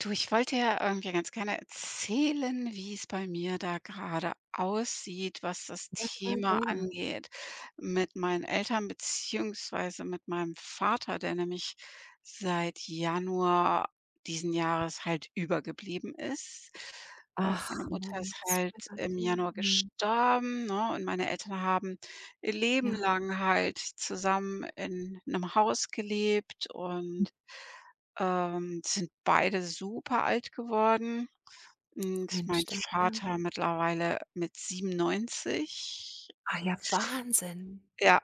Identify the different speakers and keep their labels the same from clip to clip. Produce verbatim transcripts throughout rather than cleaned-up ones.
Speaker 1: Du, ich wollte ja irgendwie ganz gerne erzählen, wie es bei mir da gerade aussieht, was das
Speaker 2: Ja klar,
Speaker 1: Thema
Speaker 2: gerne.
Speaker 1: angeht mit meinen Eltern beziehungsweise mit meinem Vater, der nämlich seit Januar diesen Jahres halt übergeblieben ist. Äh, Meine
Speaker 2: Ach,
Speaker 1: Mutter ist
Speaker 2: Mann. Es tut
Speaker 1: halt
Speaker 2: mir leid,
Speaker 1: im
Speaker 2: ja.
Speaker 1: Januar
Speaker 2: Mhm.
Speaker 1: gestorben, ne? Und meine Eltern haben ihr Leben
Speaker 2: Ja.
Speaker 1: lang halt zusammen in einem Haus gelebt und ähm, die sind beide super alt geworden und mein
Speaker 2: Mensch, da ja.
Speaker 1: Vater mittlerweile mit siebenundneunzig.
Speaker 2: Ah ja, Wahnsinn.
Speaker 1: Ja,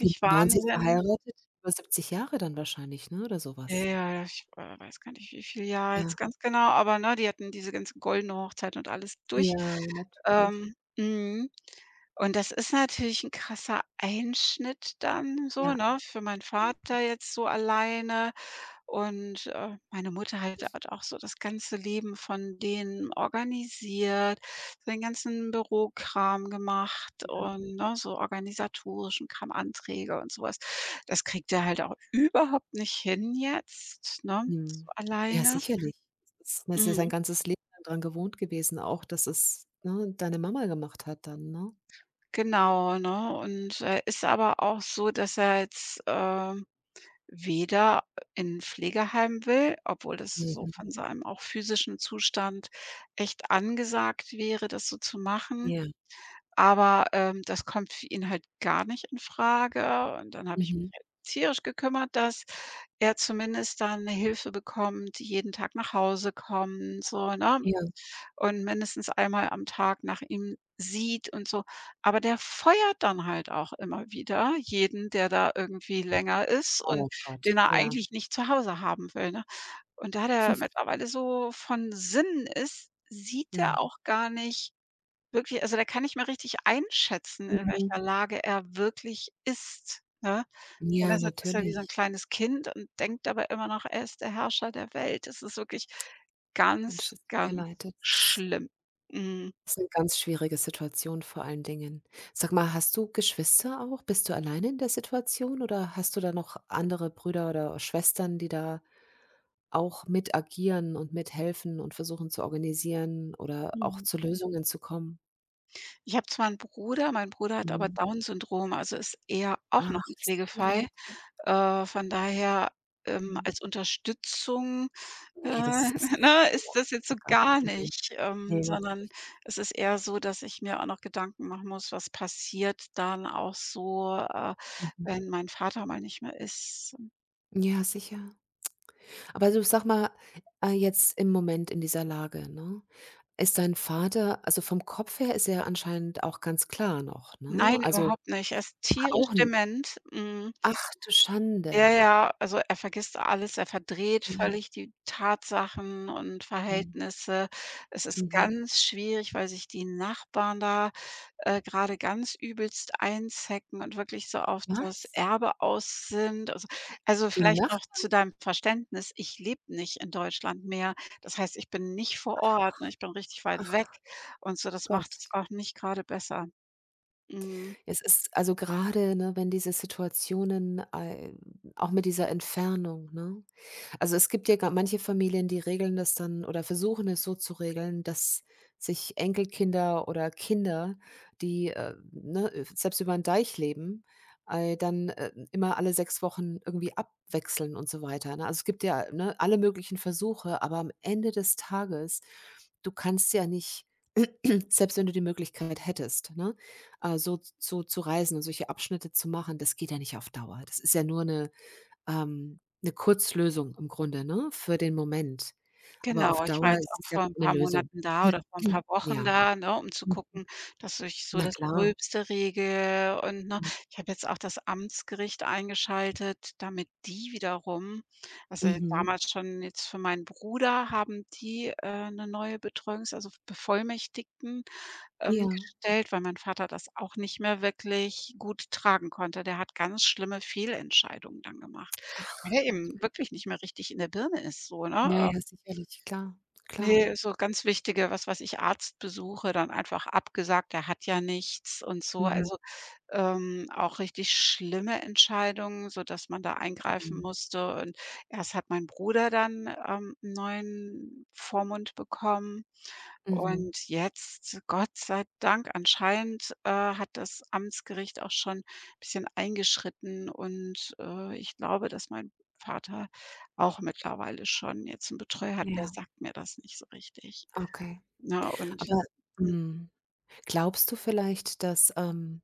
Speaker 2: Wie lange waren Sie
Speaker 1: Wahnsinn.
Speaker 2: verheiratet? Über siebzig Jahre dann wahrscheinlich, ne, oder so
Speaker 1: Ja,
Speaker 2: was?
Speaker 1: ja, ich, äh, weiß gar nicht, wie viel Jahr jetzt
Speaker 2: Ja.
Speaker 1: ganz genau, aber, ne, die hatten diese ganze goldene Hochzeit und alles durch.
Speaker 2: Ja, natürlich.
Speaker 1: Ähm, mhm. Und das ist natürlich 'n krasser Einschnitt dann so,
Speaker 2: Ja,
Speaker 1: ne, für meinen Vater jetzt so alleine. Und, äh, meine Mutter halt hat auch so das ganze Leben von denen organisiert, den ganzen Bürokram gemacht
Speaker 2: ja.
Speaker 1: und, ne, so organisatorischen Kram, Anträge und sowas. Das kriegt er halt auch überhaupt nicht hin jetzt, ne, so
Speaker 2: Mhm. Ja,
Speaker 1: alleine.
Speaker 2: sicherlich. Das ist das ist ja sein
Speaker 1: Mhm,
Speaker 2: ganzes Leben lang dran gewohnt gewesen, auch dass es, ne, deine Mama gemacht hat dann, ne?
Speaker 1: genau, ne? Und er ist aber auch so, dass er jetzt, ähm weder in 'n Pflegeheim will, obwohl das so
Speaker 2: Mhm.
Speaker 1: von seinem auch physischen Zustand echt angesagt wäre, das so zu machen.
Speaker 2: Ja.
Speaker 1: Aber, ähm, das kommt für ihn halt gar nicht in Frage und dann habe ich mich
Speaker 2: Mhm.
Speaker 1: halt tierisch gekümmert, dass er zumindest dann 'ne Hilfe bekommt, die jeden Tag nach Hause kommt, so, ne?
Speaker 2: Ja.
Speaker 1: Und mindestens einmal am Tag nach ihm sieht und so. Aber der feuert dann halt auch immer wieder jeden, der da irgendwie länger ist und
Speaker 2: Oh Gott,
Speaker 1: den er
Speaker 2: ja.
Speaker 1: eigentlich nicht zu Hause haben will, ne? Und da der mittlerweile so von Sinnen ist, sieht
Speaker 2: Mhm.
Speaker 1: er auch gar nicht wirklich, also, da kann ich mal richtig einschätzen, in
Speaker 2: Mhm.
Speaker 1: welcher Lage er wirklich ist, ne? Wenn er
Speaker 2: Ja,
Speaker 1: ist ja wie so 'n
Speaker 2: natürlich.
Speaker 1: kleines Kind und denkt aber immer noch, er ist der Herrscher der Welt. Es ist wirklich
Speaker 2: Mensch,
Speaker 1: ganz,
Speaker 2: es tut mir
Speaker 1: ganz
Speaker 2: leid, das ist.
Speaker 1: schlimm. Mhm.
Speaker 2: Ist 'ne ganz schwierige Situation vor allen Dingen. Sag mal, hast du Geschwister auch? Bist du alleine in der Situation oder hast du da noch andere Brüder oder Schwestern, die da auch mit agieren und mithelfen und versuchen zu organisieren oder auch
Speaker 1: Mhm.
Speaker 2: zu Lösungen zu kommen?
Speaker 1: Ich habe zwar 'n Bruder, mein Bruder hat aber
Speaker 2: Mhm.
Speaker 1: Down-Syndrom, also, ist er auch
Speaker 2: Ach,
Speaker 1: noch 'n
Speaker 2: das tut mir
Speaker 1: Pflegefall.
Speaker 2: leid.
Speaker 1: Äh, von daher, ähm,
Speaker 2: Mhm.
Speaker 1: als Unterstützung Äh,
Speaker 2: Ne, das ist
Speaker 1: ne,
Speaker 2: ja,
Speaker 1: ist das jetzt so
Speaker 2: geht gar
Speaker 1: gar
Speaker 2: nicht.
Speaker 1: nicht,
Speaker 2: Ne,
Speaker 1: ähm,
Speaker 2: ne,
Speaker 1: sondern
Speaker 2: natürlich
Speaker 1: es ist eher so, dass ich mir auch noch Gedanken machen muss, was passiert dann auch so, äh,
Speaker 2: nicht. Mhm.
Speaker 1: wenn mein Vater mal nicht mehr ist.
Speaker 2: Ja, sicher. Aber du, sag mal, äh, jetzt im Moment in dieser Lage, ne? Ist dein Vater also, vom Kopf her ist er anscheinend auch ganz klar noch, ne?
Speaker 1: Nein,
Speaker 2: Also,
Speaker 1: überhaupt nicht. Er ist
Speaker 2: ach,
Speaker 1: tierisch
Speaker 2: auch nicht?
Speaker 1: dement. Mhm.
Speaker 2: Ach du
Speaker 1: Ja,
Speaker 2: Schande.
Speaker 1: ja, also er vergisst alles, er verdreht
Speaker 2: Ja,
Speaker 1: völlig die Tatsachen und
Speaker 2: mhm,
Speaker 1: Verhältnisse. Es ist
Speaker 2: mhm.
Speaker 1: ganz schwierig, weil sich die Nachbarn da, äh, grade ganz übelst einzecken und wirklich so auf das
Speaker 2: Was?
Speaker 1: Erbe aus sind. Also also
Speaker 2: Die
Speaker 1: vielleicht noch
Speaker 2: Nacht?
Speaker 1: zu deinem Verständnis, ich lebe nicht in Deutschland mehr. Das heißt, ich bin nicht vor Ort, ne? Ich bin richtig weit weg
Speaker 2: Ach
Speaker 1: und so, das macht es
Speaker 2: Gott.
Speaker 1: auch nicht gerade besser. Mhm.
Speaker 2: Es ist also gerade, ne, wenn diese Situationen, äh auch mit dieser Entfernung, ne? Also, es gibt ja ga manche Familien, die regeln das dann oder versuchen es so zu regeln, dass sich Enkelkinder oder Kinder, die, äh, ne, äh, selbst über 'n Deich leben, äh, dann, äh, immer alle sechs Wochen irgendwie abwechseln und so weiter, ne? Also, es gibt ja, ne, alle möglichen Versuche, aber am Ende des Tages, du kannst ja nicht selbst wenn du die Möglichkeit hättest, ne, äh, so so zu reisen und solche Abschnitte zu machen, das geht ja nicht auf Dauer. Das ist ja nur 'ne ähm, 'ne Kurzlösung im Grunde, ne, für den Moment. Aber auf
Speaker 1: Genau, ich war
Speaker 2: Dauer
Speaker 1: jetzt
Speaker 2: ist
Speaker 1: auch
Speaker 2: es ja
Speaker 1: vor 'n
Speaker 2: keine
Speaker 1: paar
Speaker 2: Lösung.
Speaker 1: Monaten da oder vor 'n paar Wochen
Speaker 2: Ja,
Speaker 1: da, ne, um zu
Speaker 2: hm,
Speaker 1: gucken, dass ich so
Speaker 2: na
Speaker 1: das
Speaker 2: klar.
Speaker 1: Gröbste regle und, ne,
Speaker 2: Mhm.
Speaker 1: ich habe jetzt auch das Amtsgericht eingeschaltet, damit die wiederum also,
Speaker 2: Mhm.
Speaker 1: damals schon jetzt für meinen Bruder haben die, äh, 'ne neue Betreuungs also, Bevollmächtigten, ähm,
Speaker 2: Ja.
Speaker 1: gestellt, weil mein Vater das auch nicht mehr wirklich gut tragen konnte. Der hat ganz schlimme Fehlentscheidungen dann gemacht, weil
Speaker 2: Ach
Speaker 1: er
Speaker 2: Gott,
Speaker 1: eben wirklich
Speaker 2: Mensch.
Speaker 1: nicht mehr richtig in der Birne ist so,
Speaker 2: Ja,
Speaker 1: ne?
Speaker 2: ja, sicherlich, klar, klar.
Speaker 1: Ne, so ganz wichtige, was weiß ich, Arztbesuche dann einfach abgesagt, der hat ja nichts und so.
Speaker 2: Mhm,
Speaker 1: Also, ähm, auch richtig schlimme Entscheidungen, sodass man da eingreifen
Speaker 2: mhm,
Speaker 1: musste. Und erst hat mein Bruder dann, ähm, 'n neuen Vormund bekommen.
Speaker 2: mhm.
Speaker 1: Und jetzt, Gott sei Dank, anscheinend, äh, hat das Amtsgericht auch schon ein bisschen eingeschritten und, äh, ich glaube, dass mein Vater auch mittlerweile schon jetzt einen Betreuer hat, der
Speaker 2: Ja,
Speaker 1: sagt mir das nicht so richtig,
Speaker 2: okay.
Speaker 1: na und
Speaker 2: Aber, hm, glaubst du vielleicht, dass, ähm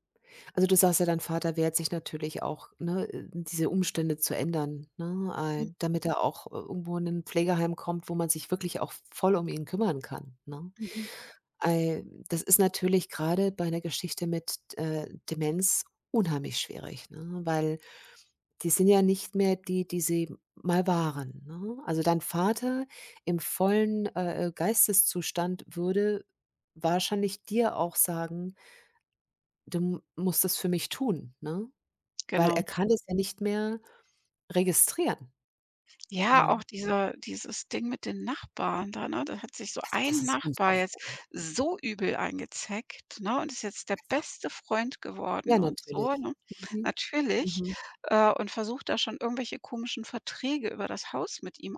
Speaker 2: also, du sagst ja, dein Vater wehrt sich natürlich auch, ne, äh, diese Umstände zu ändern, ne,
Speaker 1: mhm,
Speaker 2: äh, damit er auch ir irgendwo in ein Pflegeheim kommt, wo man sich wirklich auch voll um ihn kümmern kann, ne?
Speaker 1: mhm,
Speaker 2: Ei, das ist natürlich gerade bei einer Geschichte mit, äh, Demenz unheimlich schwierig, ne, weil die sind ja nicht mehr die, die sie mal waren, ne? Also, dein Vater im vollen, äh, äh, Geisteszustand würde wahrscheinlich dir auch sagen: „Du m- musst das für mich tun“, ne? Weil er
Speaker 1: genau.
Speaker 2: kann das ja nicht mehr registrieren,
Speaker 1: Ja, auch
Speaker 2: ne?
Speaker 1: dieser dieses Ding mit den Nachbarn da, ne? Da hat sich so
Speaker 2: Also,
Speaker 1: ein
Speaker 2: das ist
Speaker 1: Nachbar jetzt
Speaker 2: unfassbar.
Speaker 1: so übel eingezeckt, ne, und ist jetzt der
Speaker 2: Also,
Speaker 1: beste Freund geworden
Speaker 2: ja,
Speaker 1: und
Speaker 2: natürlich.
Speaker 1: so, ne?
Speaker 2: Mhm,
Speaker 1: Natürlich,
Speaker 2: mhm.
Speaker 1: äh, und versucht da schon irgendwelche komischen Verträge über das Haus mit ihm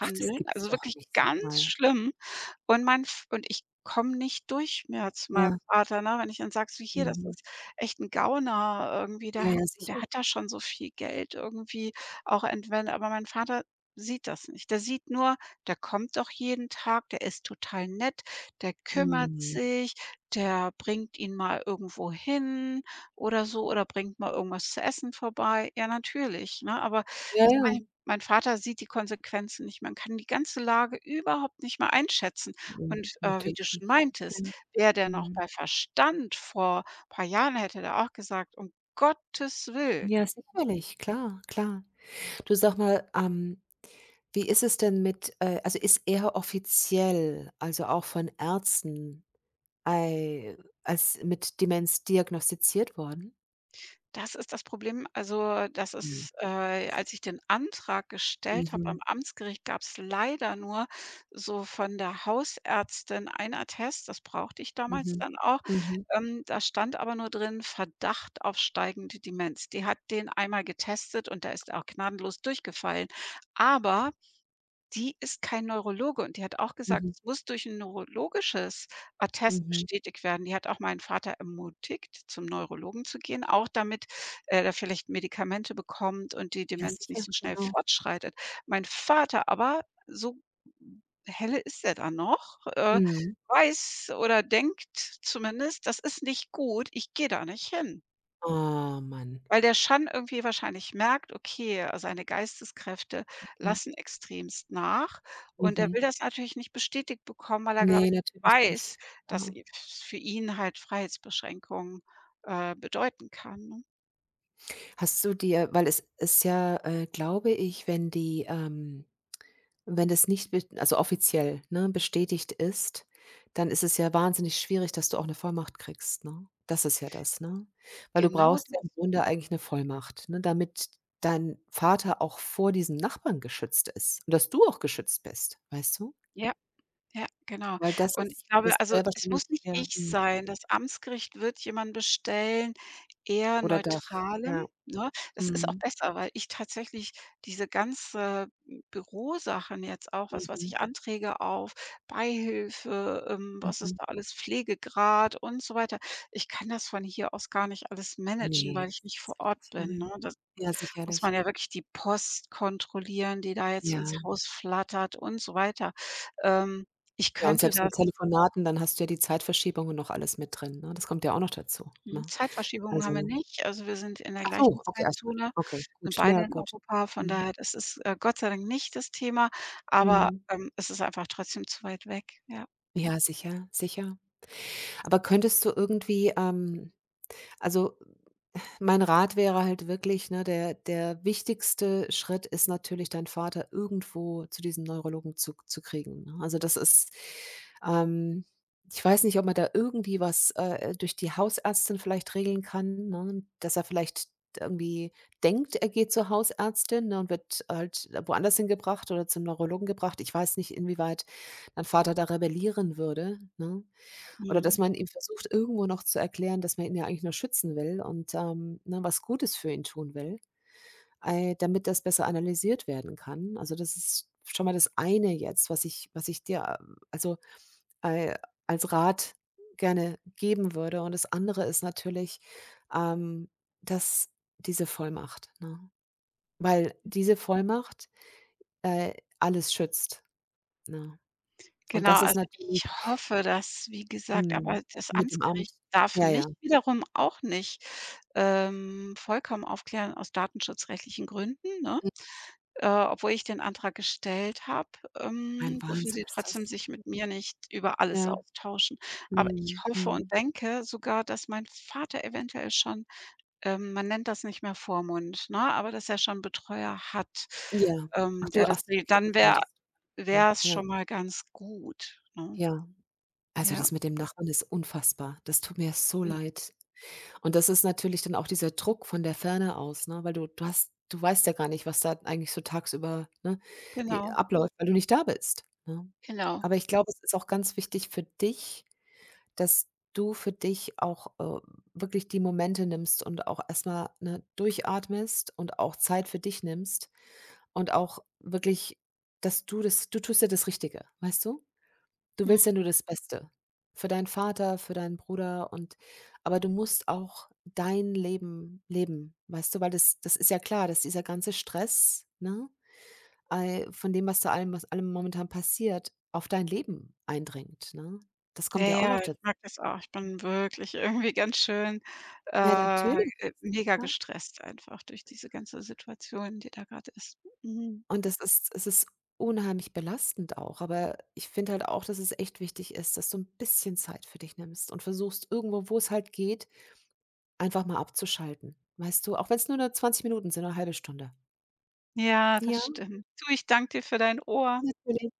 Speaker 2: Ach, das gibt's
Speaker 1: Also
Speaker 2: doch
Speaker 1: wirklich
Speaker 2: nicht, sag
Speaker 1: ganz
Speaker 2: mal.
Speaker 1: schlimm. Und mein F und ich komme nicht durch mehr zu meinem
Speaker 2: Ja,
Speaker 1: Vater, ne? Wenn ich dann sage, so: „Hier, das
Speaker 2: mhm.
Speaker 1: ist echt 'n Gauner irgendwie,
Speaker 2: Ja,
Speaker 1: der hat
Speaker 2: ja,
Speaker 1: der
Speaker 2: sicher.
Speaker 1: hat da schon so viel Geld irgendwie auch entwendet.“ Aber mein Vater sieht das nicht. Der sieht nur, der kommt doch jeden Tag, der ist total nett, der kümmert
Speaker 2: Mhm.
Speaker 1: sich, der bringt ihn mal irgendwo hin oder so oder bringt mal irgendwas zu essen vorbei. Ja, natürlich, ne? Aber
Speaker 2: Ja,
Speaker 1: das meine ich,
Speaker 2: ja.
Speaker 1: mein Vater sieht die Konsequenzen nicht. Man kann die ganze Lage überhaupt nicht mehr einschätzen.
Speaker 2: Mhm.
Speaker 1: Und, äh, wie
Speaker 2: Natürlich
Speaker 1: du schon
Speaker 2: nicht. Ja.
Speaker 1: meintest, wäre der noch
Speaker 2: Mhm.
Speaker 1: bei Verstand vor paar Jahren, hätte der auch gesagt: „Um Gottes Willen.“
Speaker 2: Ja, sicherlich, klar, klar. Du, sag mal, ähm, wie ist es denn mit äh, also, ist er offiziell, also auch von Ärzten, ei als mit Demenz diagnostiziert worden?
Speaker 1: Das ist das Problem. Also, das
Speaker 2: Ja.
Speaker 1: ist, äh als ich den Antrag gestellt habe am
Speaker 2: Mhm.
Speaker 1: Amtsgericht, gab es leider nur so von der Hausärztin ein Attest, das brauchte ich damals
Speaker 2: Mhm.
Speaker 1: dann auch.
Speaker 2: Mhm.
Speaker 1: Ähm, da stand aber nur drin: „Verdacht auf steigende Demenz.“ Die hat den einmal getestet und da ist er auch gnadenlos durchgefallen. Aber Die ist kein Neurologe und die hat auch gesagt,
Speaker 2: Mhm.
Speaker 1: es muss durch ein neurologisches Attest
Speaker 2: Mhm.
Speaker 1: bestätigt werden. Die hat auch meinen Vater ermutigt, zum Neurologen zu gehen, auch damit, äh, er vielleicht Medikamente bekommt und die
Speaker 2: Ja,
Speaker 1: Demenz nicht
Speaker 2: sicher,
Speaker 1: so schnell
Speaker 2: genau.
Speaker 1: fortschreitet. Mein Vater aber, so helle ist er dann noch, äh,
Speaker 2: Mhm.
Speaker 1: weiß oder denkt zumindest: „Das ist nicht gut, ich gehe da nicht hin.“
Speaker 2: Oh, Mann.
Speaker 1: Weil der Schan irgendwie wahrscheinlich merkt: „Okay, äh, seine Geisteskräfte
Speaker 2: Mhm.
Speaker 1: lassen extremst nach.“ Und er
Speaker 2: Mhm.
Speaker 1: will das natürlich nicht bestätigt bekommen, weil er, glaube
Speaker 2: Ne,
Speaker 1: ich,
Speaker 2: natürlich
Speaker 1: weiß,
Speaker 2: nicht.
Speaker 1: dass
Speaker 2: Ja.
Speaker 1: i f für ihn halt Freiheitsbeschränkung, äh, bedeuten kann, ne?
Speaker 2: Hast du dir weil es ist ja, äh, glaube ich, wenn die ähm, wenn das nicht be also offiziell, ne, bestätigt ist, dann ist es ja wahnsinnig schwierig, dass du auch 'ne Vollmacht kriegst, ne? Das ist ja das, ne? Weil du
Speaker 1: Genau
Speaker 2: brauchst ja im
Speaker 1: das.
Speaker 2: Grunde eigentlich 'ne Vollmacht, ne, damit dein Vater auch vor diesen Nachbarn geschützt ist und dass du auch geschützt bist, weißt du?
Speaker 1: Ja. Ja, genau.
Speaker 2: Weil das
Speaker 1: Und
Speaker 2: ist
Speaker 1: ich
Speaker 2: das
Speaker 1: glaube, also,
Speaker 2: wäre
Speaker 1: es
Speaker 2: wahrscheinlich
Speaker 1: muss nicht
Speaker 2: ja,
Speaker 1: ich
Speaker 2: mhm,
Speaker 1: sein. Das Amtsgericht wird jemanden bestellen, eher
Speaker 2: oder das,
Speaker 1: Neutralem,
Speaker 2: ja.
Speaker 1: ne? Das ist auch
Speaker 2: Mhm,
Speaker 1: besser, weil ich tatsächlich diese ganze Bürosachen jetzt auch, was weiß
Speaker 2: mhm,
Speaker 1: ich, Anträge auf Beihilfe, ähm, was ist
Speaker 2: mhm.
Speaker 1: da alles, Pflegegrad und so weiter. Ich kann das von hier aus gar nicht alles managen,
Speaker 2: Ne,
Speaker 1: weil ich
Speaker 2: das
Speaker 1: nicht
Speaker 2: ist
Speaker 1: vor Ort
Speaker 2: richtig
Speaker 1: bin, ne? Das
Speaker 2: Ja,
Speaker 1: muss
Speaker 2: sicherlich.
Speaker 1: man ja wirklich die Post kontrollieren, die da jetzt
Speaker 2: Ja.
Speaker 1: ins Haus flattert und so weiter. Ähm, Ich
Speaker 2: Ja, und
Speaker 1: könnte
Speaker 2: selbst
Speaker 1: das
Speaker 2: mit Telefonaten, dann hast du ja die Zeitverschiebung und noch alles mit drin, ne? Das kommt ja auch noch dazu,
Speaker 1: hm,
Speaker 2: ne?
Speaker 1: Zeitverschiebungen haben wir
Speaker 2: Also
Speaker 1: nicht. Also, wir sind in der
Speaker 2: ach so,
Speaker 1: gleichen
Speaker 2: okay, alles klar.
Speaker 1: Zeitzone,
Speaker 2: Okay,
Speaker 1: sind
Speaker 2: gut. Na
Speaker 1: beide
Speaker 2: ja,
Speaker 1: in
Speaker 2: gut.
Speaker 1: Europa. Von
Speaker 2: Mhm,
Speaker 1: daher, das ist, äh, Gott sei Dank nicht das Thema, aber,
Speaker 2: mhm.
Speaker 1: ähm, es ist einfach trotzdem zu weit weg, ja.
Speaker 2: Ja, sicher, sicher. Aber könntest du irgendwie, ähm also, mein Rat wäre halt wirklich, ne, der der wichtigste Schritt ist natürlich, deinen Vater irgendwo zu diesem Neurologen zu zu kriegen, ne? Also, das ist ähm, ich weiß nicht, ob man da irgendwie was, äh, äh, durch die Hausärztin vielleicht regeln kann, ne, dass er vielleicht irgendwie denkt, er geht zur Hausärztin, ne, und wird halt woanders hingebracht oder zum Neurologen gebracht. Ich weiß nicht, inwieweit dein Vater da rebellieren würde, ne? Oder
Speaker 1: Mhm.
Speaker 2: dass man ihm versucht, irgendwo noch zu erklären, dass man ihn ja eigentlich nur schützen will und, ähm, ne, was Gutes für ihn tun will, äh, damit das besser analysiert werden kann. Also, das ist schon mal das eine jetzt, was ich was ich dir, ähm, also, äh, als Rat gerne geben würde. Und das andere ist natürlich, ähm, dass diese Vollmacht, ne? Weil diese Vollmacht, äh, alles schützt, ne? Und
Speaker 1: Genau,
Speaker 2: das ist
Speaker 1: also
Speaker 2: natürlich
Speaker 1: ich hoffe, dass wie gesagt aber
Speaker 2: mhm,
Speaker 1: das
Speaker 2: mit dem Amt.
Speaker 1: Amtsgericht darf
Speaker 2: Ja,
Speaker 1: mich
Speaker 2: ja,
Speaker 1: wiederum auch nicht, ähm, vollkommen aufklären aus datenschutzrechtlichen Gründen, ne? Äh, obwohl ich den Antrag gestellt habe,
Speaker 2: ein
Speaker 1: ähm, dürfen
Speaker 2: Wahnsinn
Speaker 1: sie
Speaker 2: ist
Speaker 1: trotzdem
Speaker 2: das.
Speaker 1: sich mit mir nicht über alles
Speaker 2: Ja.
Speaker 1: austauschen. Aber ich
Speaker 2: Mhm,
Speaker 1: hoffe und
Speaker 2: mhm.
Speaker 1: denke sogar, dass mein Vater eventuell schon, ähm, man nennt das nicht mehr Vormund, ne, aber dass er schon 'n Betreuer hat,
Speaker 2: Ja. Ach
Speaker 1: ähm,
Speaker 2: du
Speaker 1: der das
Speaker 2: ach so,
Speaker 1: regelt.
Speaker 2: okay, das
Speaker 1: Dann wäre
Speaker 2: meintest du. Mhm.
Speaker 1: wär's
Speaker 2: Ja,
Speaker 1: schon mal ganz gut, ne?
Speaker 2: ja. Also,
Speaker 1: Ja,
Speaker 2: das mit dem Nachbarn ist unfassbar. Das tut mir so
Speaker 1: mhm,
Speaker 2: leid. Und das ist natürlich dann auch dieser Druck von der Ferne aus, ne, weil du du hast du weißt ja gar nicht, was da eigentlich so tagsüber, ne, die
Speaker 1: genau,
Speaker 2: abläuft, weil du nicht da bist, ne?
Speaker 1: genau.
Speaker 2: Aber ich glaube, es ist auch ganz wichtig für dich, dass du für dich auch, äh, wirklich die Momente nimmst und auch erstmal mal, ne, durchatmest und auch Zeit für dich nimmst. Und auch wirklich, dass du das du tust ja das Richtige, weißt du? Du
Speaker 1: Mhm.
Speaker 2: willst ja nur das Beste für deinen Vater, für deinen Bruder und aber du musst auch dein Leben leben, weißt du? Weil das das ist ja klar, dass dieser ganze Stress, ne, ei von dem, was da allem was allem momentan passiert, auf dein Leben eindringt, ne? Das
Speaker 1: Ja,
Speaker 2: kommt ja auch noch
Speaker 1: ja, ich
Speaker 2: dazu.
Speaker 1: mag das auch. Ich bin wirklich irgendwie ganz schön,
Speaker 2: Ja,
Speaker 1: äh,
Speaker 2: natürlich,
Speaker 1: äh,
Speaker 2: ist doch
Speaker 1: mega
Speaker 2: klar.
Speaker 1: gestresst einfach durch diese ganze Situation, die da gerade ist. Mhm.
Speaker 2: Und das ist es ist unheimlich belastend auch, aber ich finde halt auch, dass es echt wichtig ist, dass du ein bisschen Zeit für dich nimmst und versuchst irgendwo, wo es halt geht, einfach mal abzuschalten. Weißt du, auch wenn's nur nur zwanzig Minuten sind oder 'ne halbe Stunde.
Speaker 1: Ja,
Speaker 2: Ja,
Speaker 1: das stimmt. Du, ich danke dir für dein Ohr.
Speaker 2: natürlich.